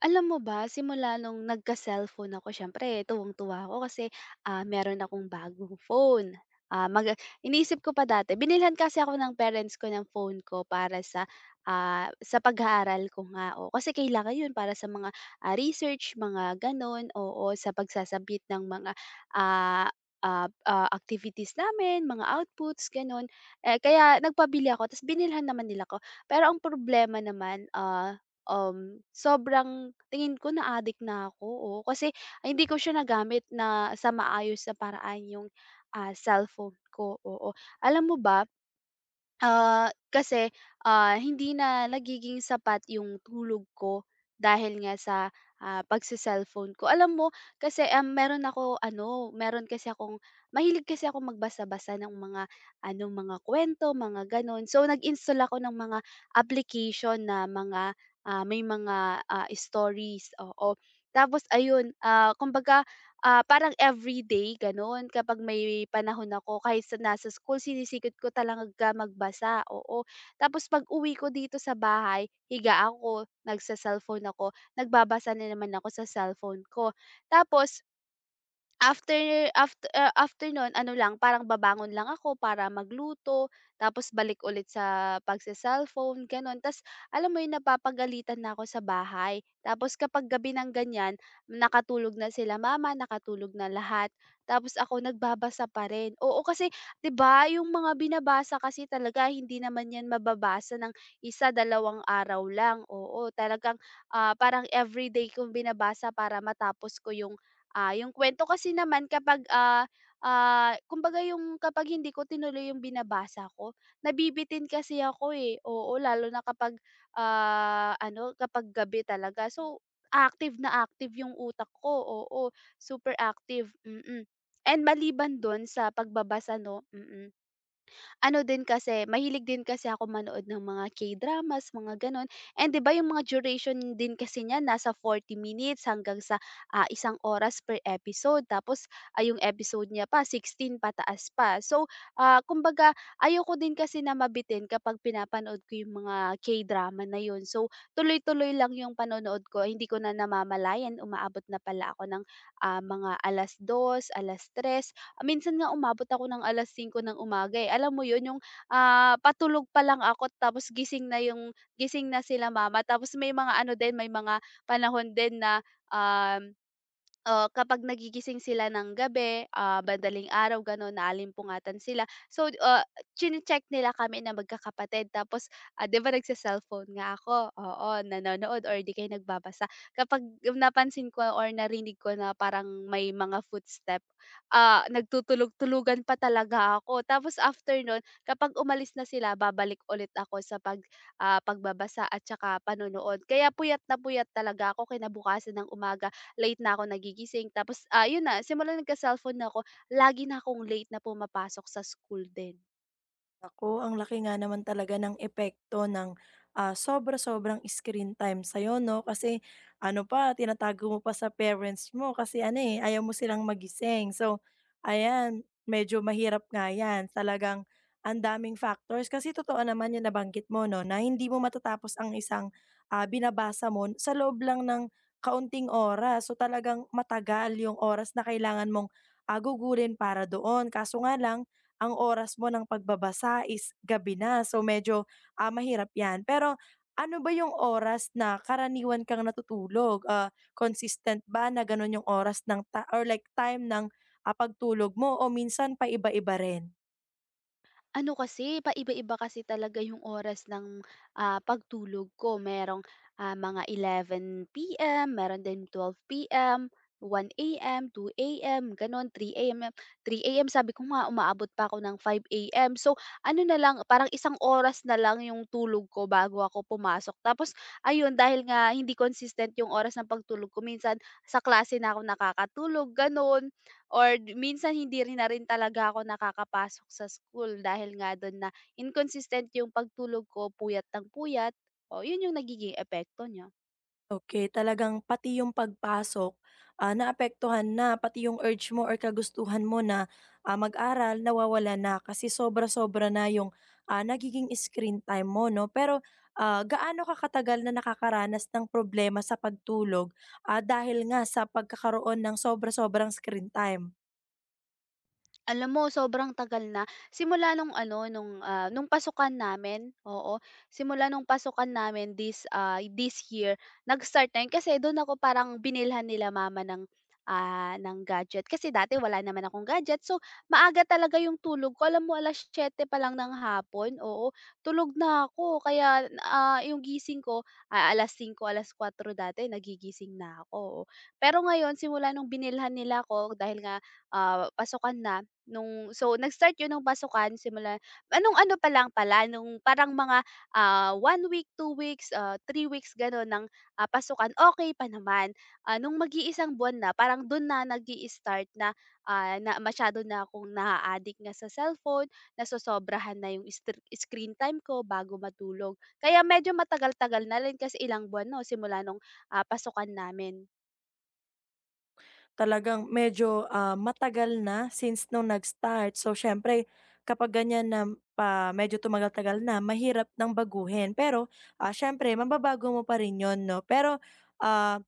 Alam mo ba, simula nung nagka-cellphone ako syempre, tuwang-tuwa ako kasi, meron akong bagong phone. Ah, mag Iniisip ko pa dati binilhan kasi ako ng parents ko ng phone ko para sa, sa pag-aaral ko nga, oo. Kasi kailangan 'yun para sa mga, research, mga gano'n, oo, sa pagsasabit ng mga, ah, activities namin, mga outputs, gano'n. Eh, kaya nagpabili ako tapos binilhan naman nila ako. Pero ang problema naman, sobrang tingin ko na-addict na ako, oo. Kasi ay, hindi ko siya nagamit na sa maayos na paraan yung, cellphone ko, oo. Alam mo ba. Kasi, hindi na nagiging sapat yung tulog ko dahil nga sa, pagse-cellphone ko. Alam mo kasi, meron kasi akong mahilig kasi ako magbasa-basa ng mga ano, mga kwento mga gano'n. So, nag-install ako ng mga application na mga, may mga, stories, oo. Tapos ayun, kumbaga parang everyday gano'n kapag may panahon ako kahit sa nasa school sinisikot ko talaga magbasa, oo. Tapos pag-uwi ko dito sa bahay, higa ako, nagse-cellphone ako, nagbabasa na naman ako sa cellphone ko. Tapos after no'n ano lang, parang babangon lang ako para magluto, tapos balik ulit sa pagse-cellphone, gano'n. Ta's alam mo 'yun, napapagalitan na ako sa bahay. Tapos kapag gabi ng ganyan, nakatulog na sila mama, nakatulog na lahat, tapos ako nagbabasa pa rin. Oo, kasi 'di ba, yung mga binabasa kasi talaga hindi naman 'yan mababasa ng isa, dalawang araw lang. Oo, talagang, parang everyday kong binabasa para matapos ko yung kwento kasi naman kapag, kumbaga yung kapag hindi ko tinuloy yung binabasa ko, nabibitin kasi ako, eh. Oo, lalo na kapag, ano, kapag gabi talaga. So, active na active yung utak ko, oo, super active. Mm. Mm. And maliban dun sa pagbabasa 'no, ano din kasi, mahilig din kasi ako manood ng mga K-dramas, mga gano'n. And 'di ba yung mga duration din kasi niya nasa 40 minutes hanggang sa, isang oras per episode. Tapos, yung episode niya pa 16 pataas pa. So, kumbaga ayoko din kasi na mabitin kapag pinapanood ko yung mga K-drama na yun. So, tuloy-tuloy lang yung panonood ko. Hindi ko na namamalayan umaabot na pala ako ng, mga alas 3:00. Minsan nga umabot ako ng 5:00 ng umaga, eh. Alam mo 'yun, yung, patulog pa lang ako tapos gising na sila mama. Tapos may mga ano din, may mga panahon din na, um, oo, kapag nagigising sila ng gabi, madaling araw gano'n, naalimpungatan sila. So, chine-check nila kami na magkakapatid tapos, 'di ba nagse-cellphone nga ako, oo, nanonood or 'di kayo nagbabasa. Kapag napansin ko or narinig ko na parang may mga footstep, nagtutulog-tulugan pa talaga ako. Tapos after no'n, kapag umalis na sila, babalik ulit ako sa pagbabasa at saka panonood. Kaya puyat na puyat talaga ako. Kinabukasan ng umaga late na ako nagigising, tapos, yun na, simula nagka-cellphone na ako, lagi na akong late na pumapasok sa school din. Ako ang laki nga naman talaga ng epekto ng, sobra-sobrang screen time sa'yo 'no, kasi ano pa, tinatago mo pa sa parents mo kasi ano, eh, ayaw mo silang magising. So, ayan, medyo mahirap nga 'yan. Talagang ang daming factors kasi totoo naman yung nabanggit mo 'no, na hindi mo matatapos ang isang, binabasa mo sa loob lang ng kaunting oras. So, talagang matagal yung oras na kailangan mong, ah, para doon. Kaso nga lang ang oras mo ng pagbabasa is gabi na. So medyo, mahirap 'yan. Pero ano ba yung oras na karaniwan kang natutulog? Consistent ba na gano'n yung oras ng or like time ng, pagtulog mo o minsan paiba-iba rin? Ano kasi, paiba-iba kasi talaga yung oras ng, pagtulog ko. Merong, mga 11:00 PM, meron din 12:00 PM, 1:00 AM, 2:00 AM, gano'n, 3:00 AM. 3:00 AM sabi ko nga, umaabot pa ako ng 5:00 AM. So, ano na lang, parang isang oras na lang yung tulog ko bago ako pumasok. Tapos ayun, dahil nga hindi consistent yung oras ng pagtulog ko, minsan sa klase na ako nakakatulog, gano'n, or minsan hindi rin na rin talaga ako nakakapasok sa school dahil nga do'n na inconsistent yung pagtulog ko, puyat ng puyat. O 'yun yung nagiging epekto niya. Okay, talagang pati yung pagpasok, naapektuhan na, pati yung urge mo or kagustuhan mo na, mag-aral nawawala na kasi sobra-sobra na yung, nagiging screen time mo 'no. Pero, gaano ka katagal na nakakaranas ng problema sa pagtulog, dahil nga sa pagkakaroon ng sobra-sobrang screen time? Alam mo, sobrang tagal na. Simula nung ano, nung, nung pasukan namin, oo. Simula nung pasukan namin this year, nag-start na yun kasi dun ako parang binilhan nila mama ng gadget. Kasi dati wala naman akong gadget, so maaga talaga yung tulog ko. Alam mo, 7:00 pa lang ng hapon, oo, tulog na ako kaya, yung gising ko, alas 4:00 dati nagigising na ako, oo. Pero ngayon simula nung binilhan nila ako dahil nga, pasukan na. So, nag-start 'yun ng pasukan simula anong ano pa lang pala, nung parang mga, one week, two weeks, three weeks gano'n ng, pasukan, okey pa naman. Nung mag-iisang buwan na, parang do'n na nag-i-start na, na masyado na akong naa-addict nga sa cellphone, nasosobrahan na 'yung screen time ko bago matulog. Kaya medyo matagal-tagal na rin kasi ilang buwan 'no, simula nung, pasukan namin. Talagang medyo, matagal na since nung nag-start. So, siyempre kapag ganyan na pa medyo tumagal-tagal na mahirap ng baguhin. Pero, siyempre mababago mo pa rin 'yun 'no. Pero, ah,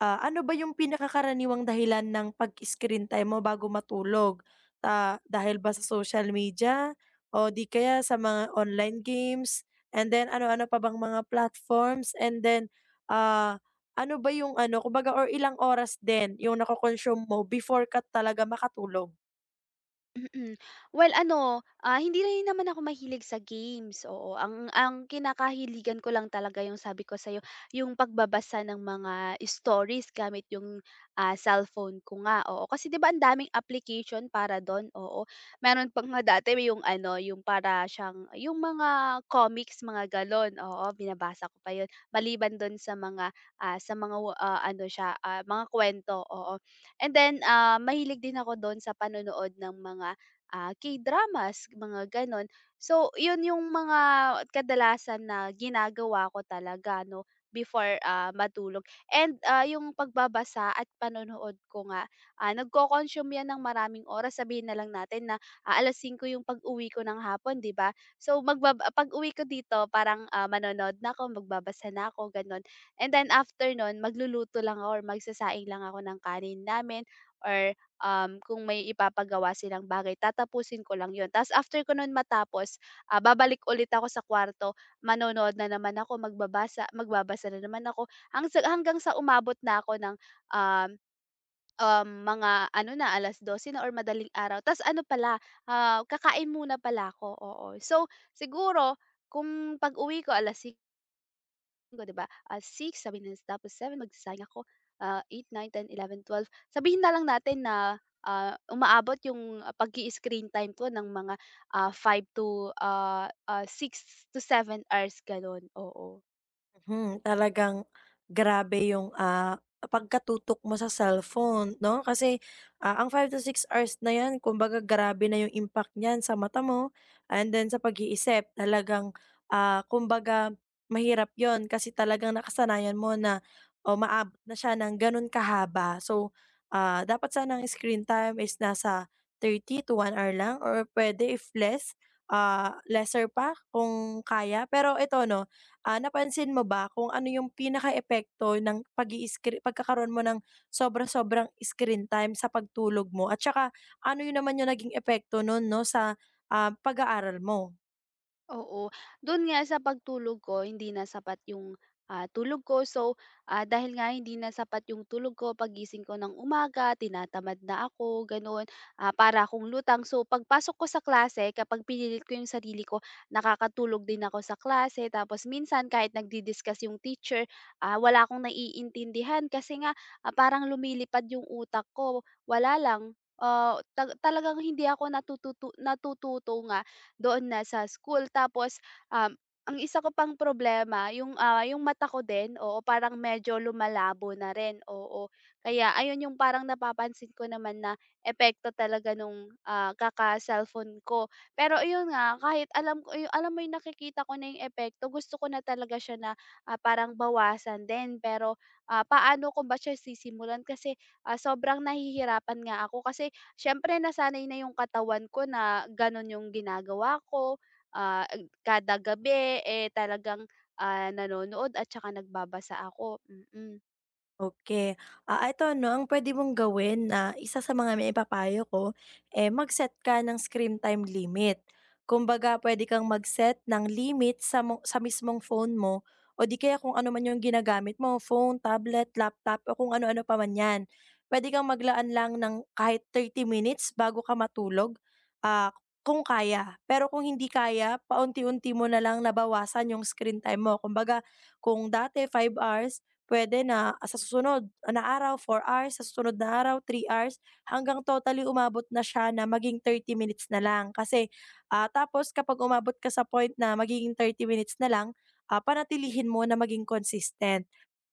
ano ba yung pinakakaraniwang dahilan ng pag-screen time mo bago matulog? Dahil ba sa social media o di kaya sa mga online games? And then ano-ano pa bang mga platforms? And then, ah ano ba yung ano, kumbaga or ilang oras din yung nako-consume mo before ka talaga makatulog? Mm. Well ano, hindi rin naman ako mahilig sa games, oo. Ang kinakahiligan ko lang talaga yung sabi ko sa'yo, yung pagbabasa ng mga stories gamit yung, cellphone ko nga, oo. Kasi 'di ba ang daming application para dun, oo. Meron pa nga dati, may yung ano, yung para siyang yung mga comics, mga galon, oo, binabasa ko pa yun. Maliban dun sa mga ano siya, mga kwento, oo. And then, mahilig din ako do'n sa panonood ng mga, K-dramas, mga gano'n. So, 'yun yung mga kadalasan na ginagawa ko talaga 'no, before, matulog. And, yung pagbabasa at panonood ko nga, nagco-consume 'yan ng maraming oras. Sabihin na lang natin na, 5:00 yung pag-uwi ko ng hapon, 'di ba? So, pag-uwi ko dito parang, manonood na ako, magbabasa na ako, gano'n. And then after nun, magluluto lang ako or magsasaing lang ako ng kanin namin, or, kung may ipapagawa silang bagay, tatapusin ko lang yun. Tapos after ko nun matapos, babalik ulit ako sa kwarto, manonood na naman ako, magbabasa magbabasa na naman ako hanggang sa umabot na ako ng, um, um, mga ano na 12:00 na or madaling araw. Tapos ano pala, kakain muna pala ako, oo. So siguro, kung pag-uwi ko 6:00, 'di ba, six sabihin na, tapos seven magsasaing ako, eight, nine, ten, eleven, twelve. Sabihin na lang natin na, umaabot yung pag screen time ko ng mga, ah, five to, ah, ah, six to seven hours gano'n, oo. Mhm, talagang grabe yung, pagkatutok mo sa cellphone 'no, kasi, ang 5 to 6 hours na 'yan kumbaga grabe na yung impact niyan sa mata mo and then sa pag-iisip talagang, kumbaga mahirap yon kasi talagang nakasanayan mo na o maabot na siya ng gano'n kahaba. So, dapat sana ang screen time is nasa 30 to 1 hour lang or pwede if less, lesser pa kung kaya. Pero ito 'no, ah, napansin mo ba kung ano yung pinaka epekto ng pagkakaroon mo ng sobra-sobrang screen time sa pagtulog mo at saka ano yun naman yung naging epekto nun 'no sa, pag-aaral mo? Oo. Do'n nga sa pagtulog ko, hindi na sapat yung, tulog ko. So, dahil nga hindi na sapat yung tulog ko, pagising ko ng umaga tinatamad na ako, gano'n. Para akong lutang. So, pagpasok ko sa klase kapag pinilit ko yung sarili ko, nakakatulog din ako sa klase. Tapos minsan kahit nagdi-discuss yung teacher, wala akong naiintindihan kasi nga, parang lumilipad yung utak ko. Wala lang, ah, ta talagang hindi ako natututo nga doon na sa school. Tapos, um, ang isa ko pang problema yung, yung mata ko din, oo, parang medyo lumalabo na rin, oo. Kaya ayun yung parang napapansin ko naman na epekto talaga nung, kaka-cellphone ko. Pero yun nga, kahit alam mo yung nakikita ko na yung epekto, gusto ko na talaga siya na, parang bawasan din. Pero, paano ko ba siya sisimulan, kasi, sobrang nahihirapan nga ako, kasi siyempre nasanay na yung katawan ko na gano'n yung ginagawa ko, ah, kada gabi, eh, talagang, nanonood at saka nagbabasa ako. Mm. Mm. Okay, ito 'no, ang pwede mong gawin na isa sa mga maipapayo ko, eh, mag-set ka ng screen time limit. Kumbaga pwede kang mag-set ng limit sa mo sa mismong phone mo o di kaya kung ano man yung ginagamit mo, phone, tablet, laptop o kung ano-ano pa man 'yan. Pwede kang maglaan lang ng kahit 30 minutes bago ka matulog, ah, kung kaya. Pero kung hindi kaya, paunti-unti mo na lang nabawasan yung screen time mo. Kumbaga kung dati 5 hours puwede na sa susunod na araw 4 hours, sa susunod na araw 3 hours, hanggang totally umabot na siya na maging 30 minutes na lang. Kasi, tapos kapag umabot ka sa point na magiging 30 minutes na lang, panatilihin mo na maging consistent.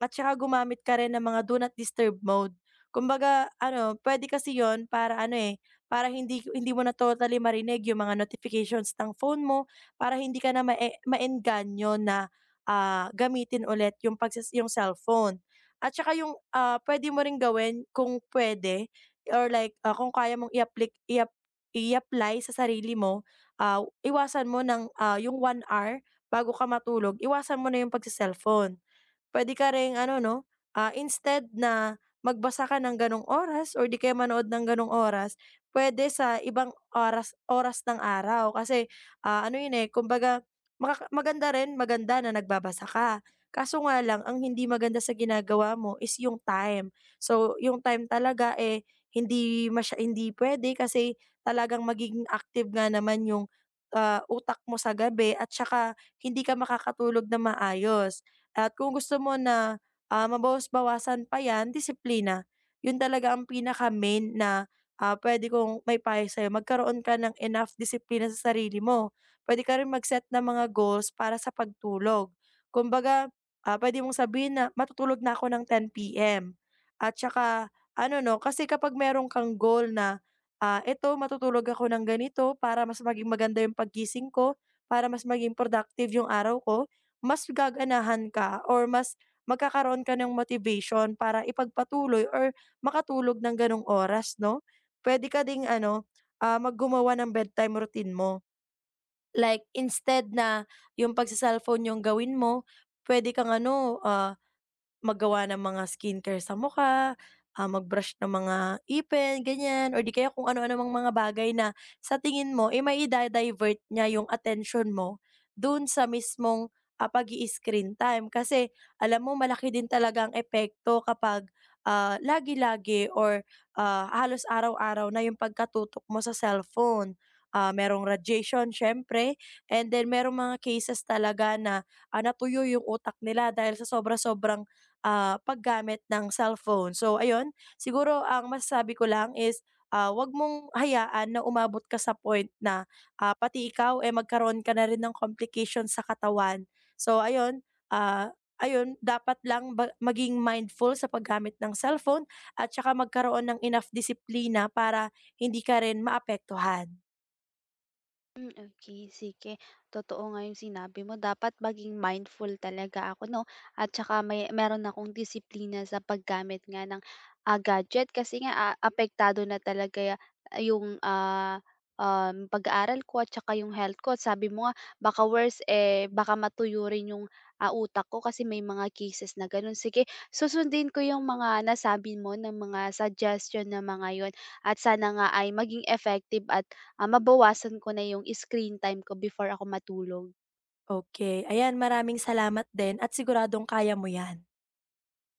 At saka gumamit ka rin ng mga do not disturb mode. Kumbaga ano, pwede kasi yon para ano, eh, para hindi hindi mo na totally marinig yung mga notifications ng phone mo, para hindi ka na maengganyo na, gamitin ulit yung yung cellphone. At saka yung, puwede mo ring gawin kung pwede or like, kung kaya mong i-applic i-ap i-apply sa sarili mo, iwasan mo ng, yung 1 hour bago ka matulog, iwasan mo na yung pagse-cellphone. Puwede ka ring ano 'no, instead na magbasa ka ng gano'ng oras or 'di kaya manood ng gano'ng oras, pwede sa ibang oras oras ng araw kasi, ano 'yun, eh, kumbaga maganda rin, maganda na nagbabasa ka. Kaso nga lang ang hindi maganda sa ginagawa mo is yung time. So, yung time talaga, eh, hindi pwede kasi talagang magiging active nga naman yung, utak mo sa gabi at saka hindi ka makakatulog na maayos. At kung gusto mo na, mabawas-bawasan pa 'yan, disiplina. 'Yun talaga ang pinaka-main na, pwede kong may maipayo sa'yo. Magkaroon ka ng enough disiplina sa sarili mo. Pwede ka rin mag-set ng mga goals para sa pagtulog. Kumbaga, pwede mong sabihin na, "Matutulog na ako ng 10 PM." At saka ano 'no, kasi kapag meron kang goal na, "Eto, matutulog ako ng ganito para mas maging maganda 'yung paggising ko, para mas maging productive 'yung araw ko." Mas gaganahan ka or mas magkakaroon ka ng motivation para ipagpatuloy or makatulog ng gano'ng oras 'no. Pwede ka ding ano, mag ng bedtime routine mo. Like instead na yung pagse-cellphone yung gawin mo, pwede kang ano, mag-gawa ng mga skincare sa mukha, mag ng mga ipin, ganyan, or di kaya kung ano-ano mang mga bagay na sa tingin mo, eh, may da divert niya yung attention mo dun sa mismong, pag-i-screen time. Kasi alam mo malaki din talaga ang epekto kapag, lagi-lagi or, halos araw-araw na yung pagkatutok mo sa cellphone. Merong radiation siyempre and then merong mga cases talaga na, natuyo yung utak nila dahil sa sobra-sobrang paggamit ng cellphone. So ayun, siguro ang masasabi ko lang is, 'wag mong hayaan na umabot ka sa point na, pati ikaw, eh, magkaroon ka na rin ng complication sa katawan. So ayun, ah, ayun dapat lang ba maging mindful sa paggamit ng cellphone at saka magkaroon ng enough disiplina para hindi ka rin maapektuhan. Hmm, okay, sige. Totoo nga yung sinabi mo, dapat maging mindful talaga ako 'no, at saka meron akong disiplina sa paggamit nga ng, gadget, kasi nga, apektado na talaga yung, pag-aaral ko at saka yung health ko. At sabi mo nga, baka worse, eh, baka matuyo rin yung, utak ko kasi may mga cases na gano'n. Sige, susundin ko yung mga nasabi mo ng mga suggestion na mga yon, at sana nga ay maging effective at, mabawasan ko na yung screen time ko before ako matulog. Okay, ayan, maraming salamat din at siguradong kaya mo 'yan.